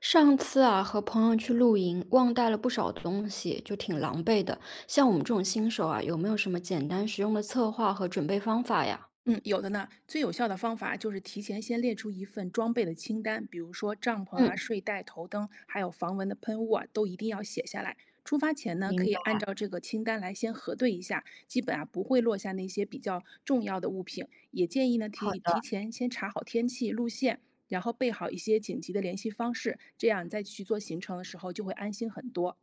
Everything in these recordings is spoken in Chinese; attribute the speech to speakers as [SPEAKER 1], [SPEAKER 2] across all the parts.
[SPEAKER 1] 上次啊，和朋友去露营，忘带了不少东西，就挺狼狈的。像我们这种新手啊，有没有什么简单实用的策划和准备方法呀？
[SPEAKER 2] 嗯，有的呢。最有效的方法就是提前先列出一份装备的清单，比如说帐篷啊、
[SPEAKER 1] 嗯，
[SPEAKER 2] 睡袋、头灯，还有防蚊的喷雾啊，都一定要写下来。出发前呢，
[SPEAKER 1] 明
[SPEAKER 2] 可以按
[SPEAKER 1] 白。
[SPEAKER 2] 照这个清单来先核对一下，基本啊不会落下那些比较重要的物品。也建议呢，
[SPEAKER 1] 好
[SPEAKER 2] 提
[SPEAKER 1] 的，
[SPEAKER 2] 提前先查好天气、路线，然后备好一些紧急的联系方式，这样你再去做行程的时候就会安心很多。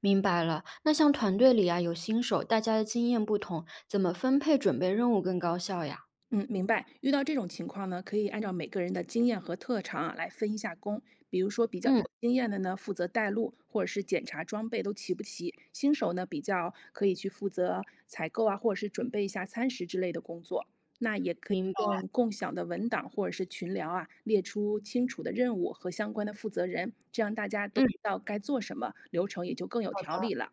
[SPEAKER 1] 明白了。那像团队里啊，有新手，大家的经验不同，怎么分配准备任务更高效呀？
[SPEAKER 2] 嗯，明白。遇到这种情况呢，可以按照每个人的经验和特长啊来分一下工。比如说，比较
[SPEAKER 1] 嗯，
[SPEAKER 2] 有经验的呢，负责带路或者是检查装备都齐不齐；新手呢，比较可以去负责采购啊，或者是准备一下餐食之类的工作。那也可以
[SPEAKER 1] 明白。
[SPEAKER 2] 用共享的文档或者是群聊啊，列出清楚的任务和相关的负责人，这样大家都知
[SPEAKER 1] 嗯
[SPEAKER 2] 道该做什么，流程也就更有
[SPEAKER 1] 好
[SPEAKER 2] 条
[SPEAKER 1] 的。
[SPEAKER 2] 理了。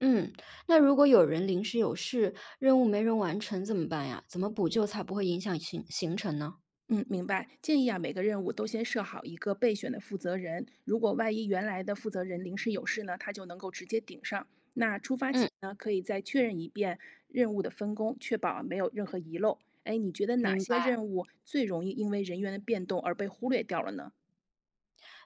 [SPEAKER 1] 嗯，那如果有人临时有事，任务没人完成怎么办呀？怎么补救才不会影响行程呢？
[SPEAKER 2] 嗯，明白。建议啊，每个任务都先设好一个备选的负责人，如果万一原来的负责人临时有事呢，他就能够直接顶上。那出发
[SPEAKER 1] 嗯，
[SPEAKER 2] 前呢，可以再确认一遍任务的分工，确保啊没有任何遗漏。哎，你觉得哪
[SPEAKER 1] 明
[SPEAKER 2] 些
[SPEAKER 1] 白。
[SPEAKER 2] 任务最容易因为人员的变动而被忽略掉了呢？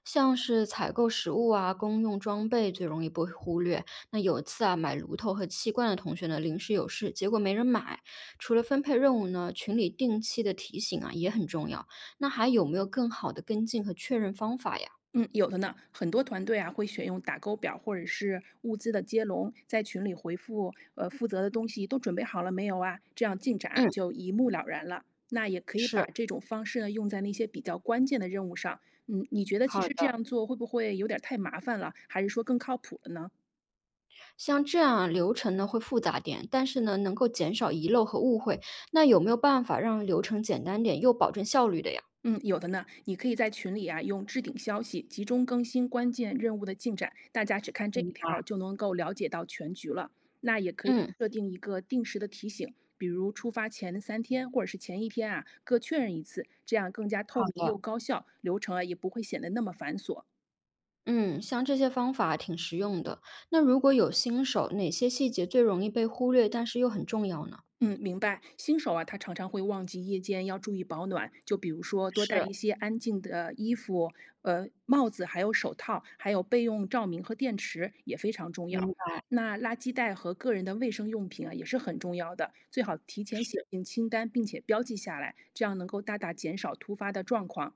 [SPEAKER 1] 像是采购食物啊、公用装备最容易被忽略。那有一次啊，买炉头和气罐的同学呢，临时有事，结果没人买。除了分配任务呢，群里定期的提醒啊也很重要。那还有没有更好的跟进和确认方法呀？
[SPEAKER 2] 嗯，有的呢，很多团队啊会选用打勾表或者是物资的接龙，在群里回复，负责的东西都准备好了没有啊？这样进展啊
[SPEAKER 1] 嗯，
[SPEAKER 2] 就一目了然了。那也可以
[SPEAKER 1] 是。
[SPEAKER 2] 把这种方式呢用在那些比较关键的任务上。嗯，你觉得
[SPEAKER 1] 好
[SPEAKER 2] 其实这
[SPEAKER 1] 的，
[SPEAKER 2] 样做会不会有点儿太麻烦了，还是说更靠谱了呢？
[SPEAKER 1] 像这样啊流程呢会复杂点，但是呢能够减少遗漏和误会。那有没有办法让流程简单点又保证效率的呀？
[SPEAKER 2] 嗯，有的呢。你可以在群里啊，用置顶消息集中更新关键任务的进展，大家只看这
[SPEAKER 1] 嗯
[SPEAKER 2] 一条儿就能够了解到全局了。那也可以
[SPEAKER 1] 嗯，
[SPEAKER 2] 设定一个定时的提醒，比如出发前三天或者是前一天啊，各确认一次，这样更加
[SPEAKER 1] 好
[SPEAKER 2] 透明
[SPEAKER 1] 的。
[SPEAKER 2] 又高效，流程啊也不会显得那么繁琐。
[SPEAKER 1] 嗯，像这些方法挺实用的。那如果有新手，哪些细节最容易被忽略，但是又很重要呢？
[SPEAKER 2] 嗯，明白。新手啊，他常常会忘记夜间要注意保暖，就比如说多带
[SPEAKER 1] 是，
[SPEAKER 2] 一些安静的衣服、帽子，还有手套，还有备用照明和电池也非常重
[SPEAKER 1] 明
[SPEAKER 2] 要。
[SPEAKER 1] 白，
[SPEAKER 2] 那垃圾袋和个人的卫生用品啊，也是很重要的，最好提前写进清单，并且标记下来，这样能够大大减少突发的状况。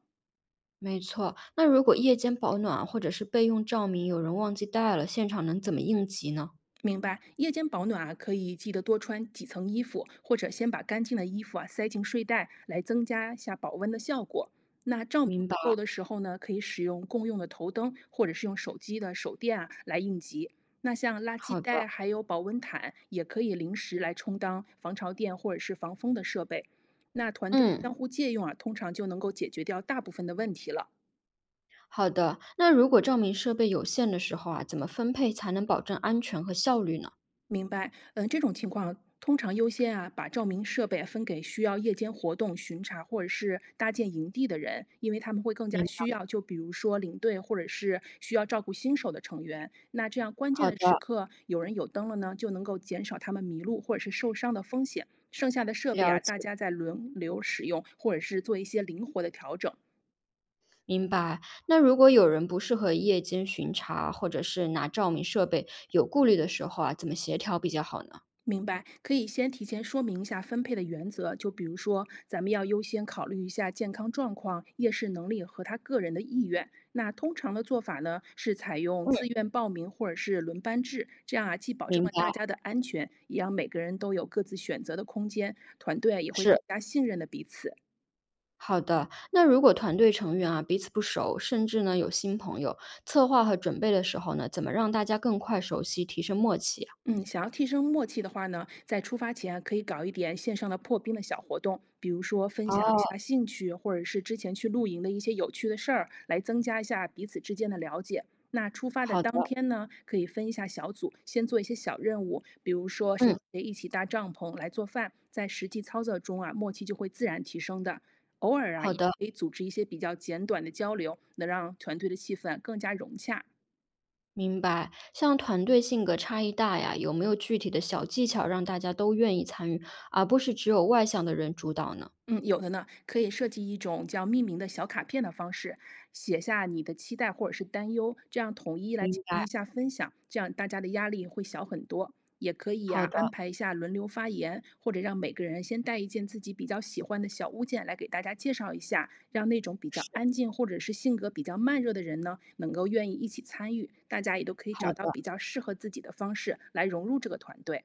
[SPEAKER 1] 没错。那如果夜间保暖或者是备用照明，有人忘记带了，现场能怎么应急呢？
[SPEAKER 2] 明白，夜间保暖啊，可以记得多穿几层衣服，或者先把干净的衣服啊塞进睡袋，来增加一下保温的效果。那照明
[SPEAKER 1] 明
[SPEAKER 2] 不
[SPEAKER 1] 白，
[SPEAKER 2] 够的时候呢，可以使用共用的头灯，或者是用手机的手电啊来应急。那像垃圾
[SPEAKER 1] 好的，
[SPEAKER 2] 袋还有保温毯，也可以临时来充当防潮垫或者是防风的设备。那团队
[SPEAKER 1] 嗯，
[SPEAKER 2] 相互借用啊，通常就能够解决掉大部分的问题了。
[SPEAKER 1] 好的。那如果照明设备有限的时候啊，怎么分配才能保证安全和效率呢？
[SPEAKER 2] 明白，嗯，这种情况通常优先啊，把照明设备啊分给需要夜间活动巡查或者是搭建营地的人，因为他们会更
[SPEAKER 1] 明
[SPEAKER 2] 加
[SPEAKER 1] 白，
[SPEAKER 2] 需要。就比如说领队或者是需要照顾新手的成员，那这样关键
[SPEAKER 1] 好
[SPEAKER 2] 的时
[SPEAKER 1] 的，
[SPEAKER 2] 刻有人有灯了呢，就能够减少他们迷路或者是受伤的风险。剩下的设备
[SPEAKER 1] 了
[SPEAKER 2] 啊，大
[SPEAKER 1] 解。
[SPEAKER 2] 家再轮流使用，或者是做一些灵活的调整。
[SPEAKER 1] 明白。那如果有人不适合夜间巡查，或者是拿照明设备有顾虑的时候啊，怎么协调比较好呢？
[SPEAKER 2] 明白，可以先提前说明一下分配的原则，就比如说，咱们要优先考虑一下健康状况、夜视能力和他个人的意愿。那通常的做法呢，是采用
[SPEAKER 1] 嗯，
[SPEAKER 2] 自愿报名或者是轮班制，这样啊，既保证
[SPEAKER 1] 明
[SPEAKER 2] 了
[SPEAKER 1] 白，
[SPEAKER 2] 大家的安全，也让每个人都有各自选择的空间，团队啊也会
[SPEAKER 1] 是。
[SPEAKER 2] 更加信任的彼此。
[SPEAKER 1] 好的，那如果团队成员啊彼此不熟，甚至呢有新朋友，策划和准备的时候呢，怎么让大家更快熟悉，提升默契啊？
[SPEAKER 2] 嗯，想要提升默契的话呢，在出发前啊可以搞一点线上的破冰的小活动，比如说分享一
[SPEAKER 1] 哦，
[SPEAKER 2] 下兴趣，或者是之前去露营的一些有趣的事儿，来增加一下彼此之间的了解。那出发的
[SPEAKER 1] 好
[SPEAKER 2] 当
[SPEAKER 1] 的，
[SPEAKER 2] 天呢，可以分一下小组，先做一些小任务，比如说谁
[SPEAKER 1] 嗯，
[SPEAKER 2] 和谁一起搭帐篷来做饭，在实际操作中啊，默契就会自然提升的。偶尔啊，
[SPEAKER 1] 好
[SPEAKER 2] 也
[SPEAKER 1] 的，
[SPEAKER 2] 可以组织一些比较简短的交流，能让团队的气氛更加融洽。
[SPEAKER 1] 明白。像团队性格差异大呀，有没有具体的小技巧让大家都愿意参与，而不是只有外向的人主导呢？
[SPEAKER 2] 嗯，有的呢，可以设计一种叫命名的小卡片的方式，写下你的期待或者是担忧，这样统一来
[SPEAKER 1] 明
[SPEAKER 2] 进
[SPEAKER 1] 白，
[SPEAKER 2] 行一下分享，这样大家的压力会小很多。也可以呀、
[SPEAKER 1] 好的，
[SPEAKER 2] 安排一下轮流发言，或者让每个人先带一件自己比较喜欢的小物件来给大家介绍一下，让那种比较
[SPEAKER 1] 是。
[SPEAKER 2] 安静或者是性格比较慢热的人呢，能够愿意一起参与，大家也都可以
[SPEAKER 1] 好
[SPEAKER 2] 找
[SPEAKER 1] 的，
[SPEAKER 2] 到比较适合自己的方式来融入这个团队。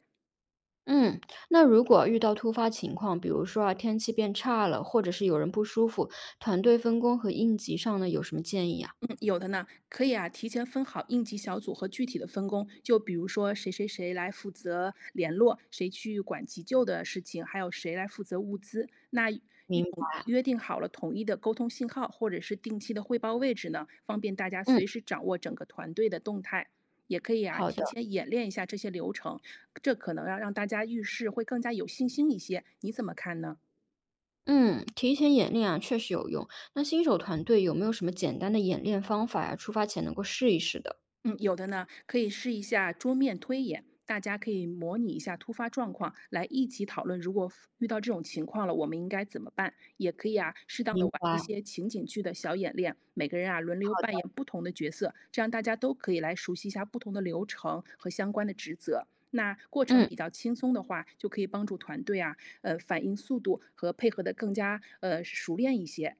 [SPEAKER 1] 嗯，那如果遇到突发情况，比如说啊，天气变差了，或者是有人不舒服，团队分工和应急上呢，有什么建议啊？
[SPEAKER 2] 嗯，有的呢，可以啊，提前分好应急小组和具体的分工，就比如说谁谁谁来负责联络，谁去管急救的事情，还有谁来负责物资。那
[SPEAKER 1] 明白，
[SPEAKER 2] 约定好了统一的沟通信号，或者是定期的汇报位置呢，方便大家
[SPEAKER 1] 嗯，
[SPEAKER 2] 随时掌握整个团队的动态。也可以啊，
[SPEAKER 1] 好
[SPEAKER 2] 提
[SPEAKER 1] 的，
[SPEAKER 2] 前演练一下这些流程，这可能要让大家遇事会更加有信心一些。你怎么看呢？
[SPEAKER 1] 嗯，提前演练啊，确实有用。那新手团队有没有什么简单的演练方法呀？出发前能够试一试的。
[SPEAKER 2] 嗯，有的呢，可以试一下桌面推演，大家可以模拟一下突发状况，来一起讨论，如果遇到这种情况了，我们应该怎么办？也可以啊，适当的
[SPEAKER 1] 明
[SPEAKER 2] 玩一
[SPEAKER 1] 白，好，
[SPEAKER 2] 些情景剧的小演练，每个人啊轮流扮演不同的角色，这样大家都可以来熟悉一下不同的流程和相关的职责。那过程
[SPEAKER 1] 嗯，
[SPEAKER 2] 比较轻松的话，就可以帮助团队啊，反应速度和配合的更加熟练一些。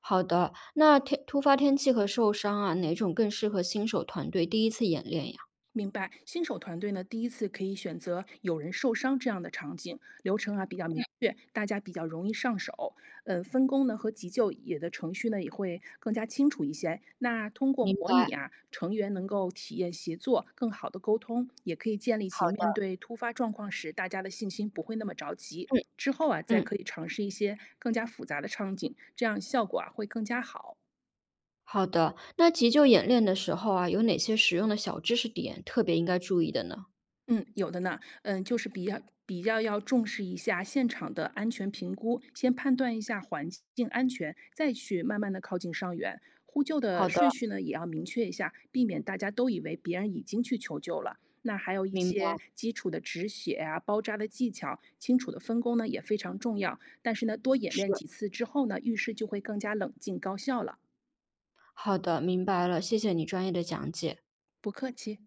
[SPEAKER 1] 好的。那天突发天气和受伤啊，哪种更适合新手团队第一次演练呀？
[SPEAKER 2] 明白，新手团队呢，第一次可以选择有人受伤这样的场景，流程啊比较明确，大家比较容易上手。分工呢和急救也的程序呢也会更加清楚一些。那通过
[SPEAKER 1] 明
[SPEAKER 2] 模
[SPEAKER 1] 白，
[SPEAKER 2] 拟啊，成员能够体验协作，更好的沟通，也可以建立
[SPEAKER 1] 好
[SPEAKER 2] 起面
[SPEAKER 1] 的，
[SPEAKER 2] 对突发状况时大家的信心不会那么着急。
[SPEAKER 1] 嗯
[SPEAKER 2] 之后啊，再
[SPEAKER 1] 嗯。
[SPEAKER 2] 可以尝试一些更加复杂的场景，这样效果啊会更加好。
[SPEAKER 1] 好的，那急救演练的时候啊，有哪些实用的小知识点特别应该注意的呢？
[SPEAKER 2] 嗯，有的呢，嗯，就是比较要重视一下现场的安全评估，先判断一下环境安全，再去慢慢的靠近伤员。呼救
[SPEAKER 1] 好
[SPEAKER 2] 的
[SPEAKER 1] 的，
[SPEAKER 2] 顺序呢，也要明确一下，避免大家都以为别人已经去求救了。那还有一
[SPEAKER 1] 明白，
[SPEAKER 2] 些基础的止血啊、包扎的技巧，清楚的分工呢也非常重要。但是呢，多演练
[SPEAKER 1] 是，
[SPEAKER 2] 几次之后呢，遇事就会更加冷静高效了。
[SPEAKER 1] 好的，明白了，谢谢你专业的讲解。
[SPEAKER 2] 不客气。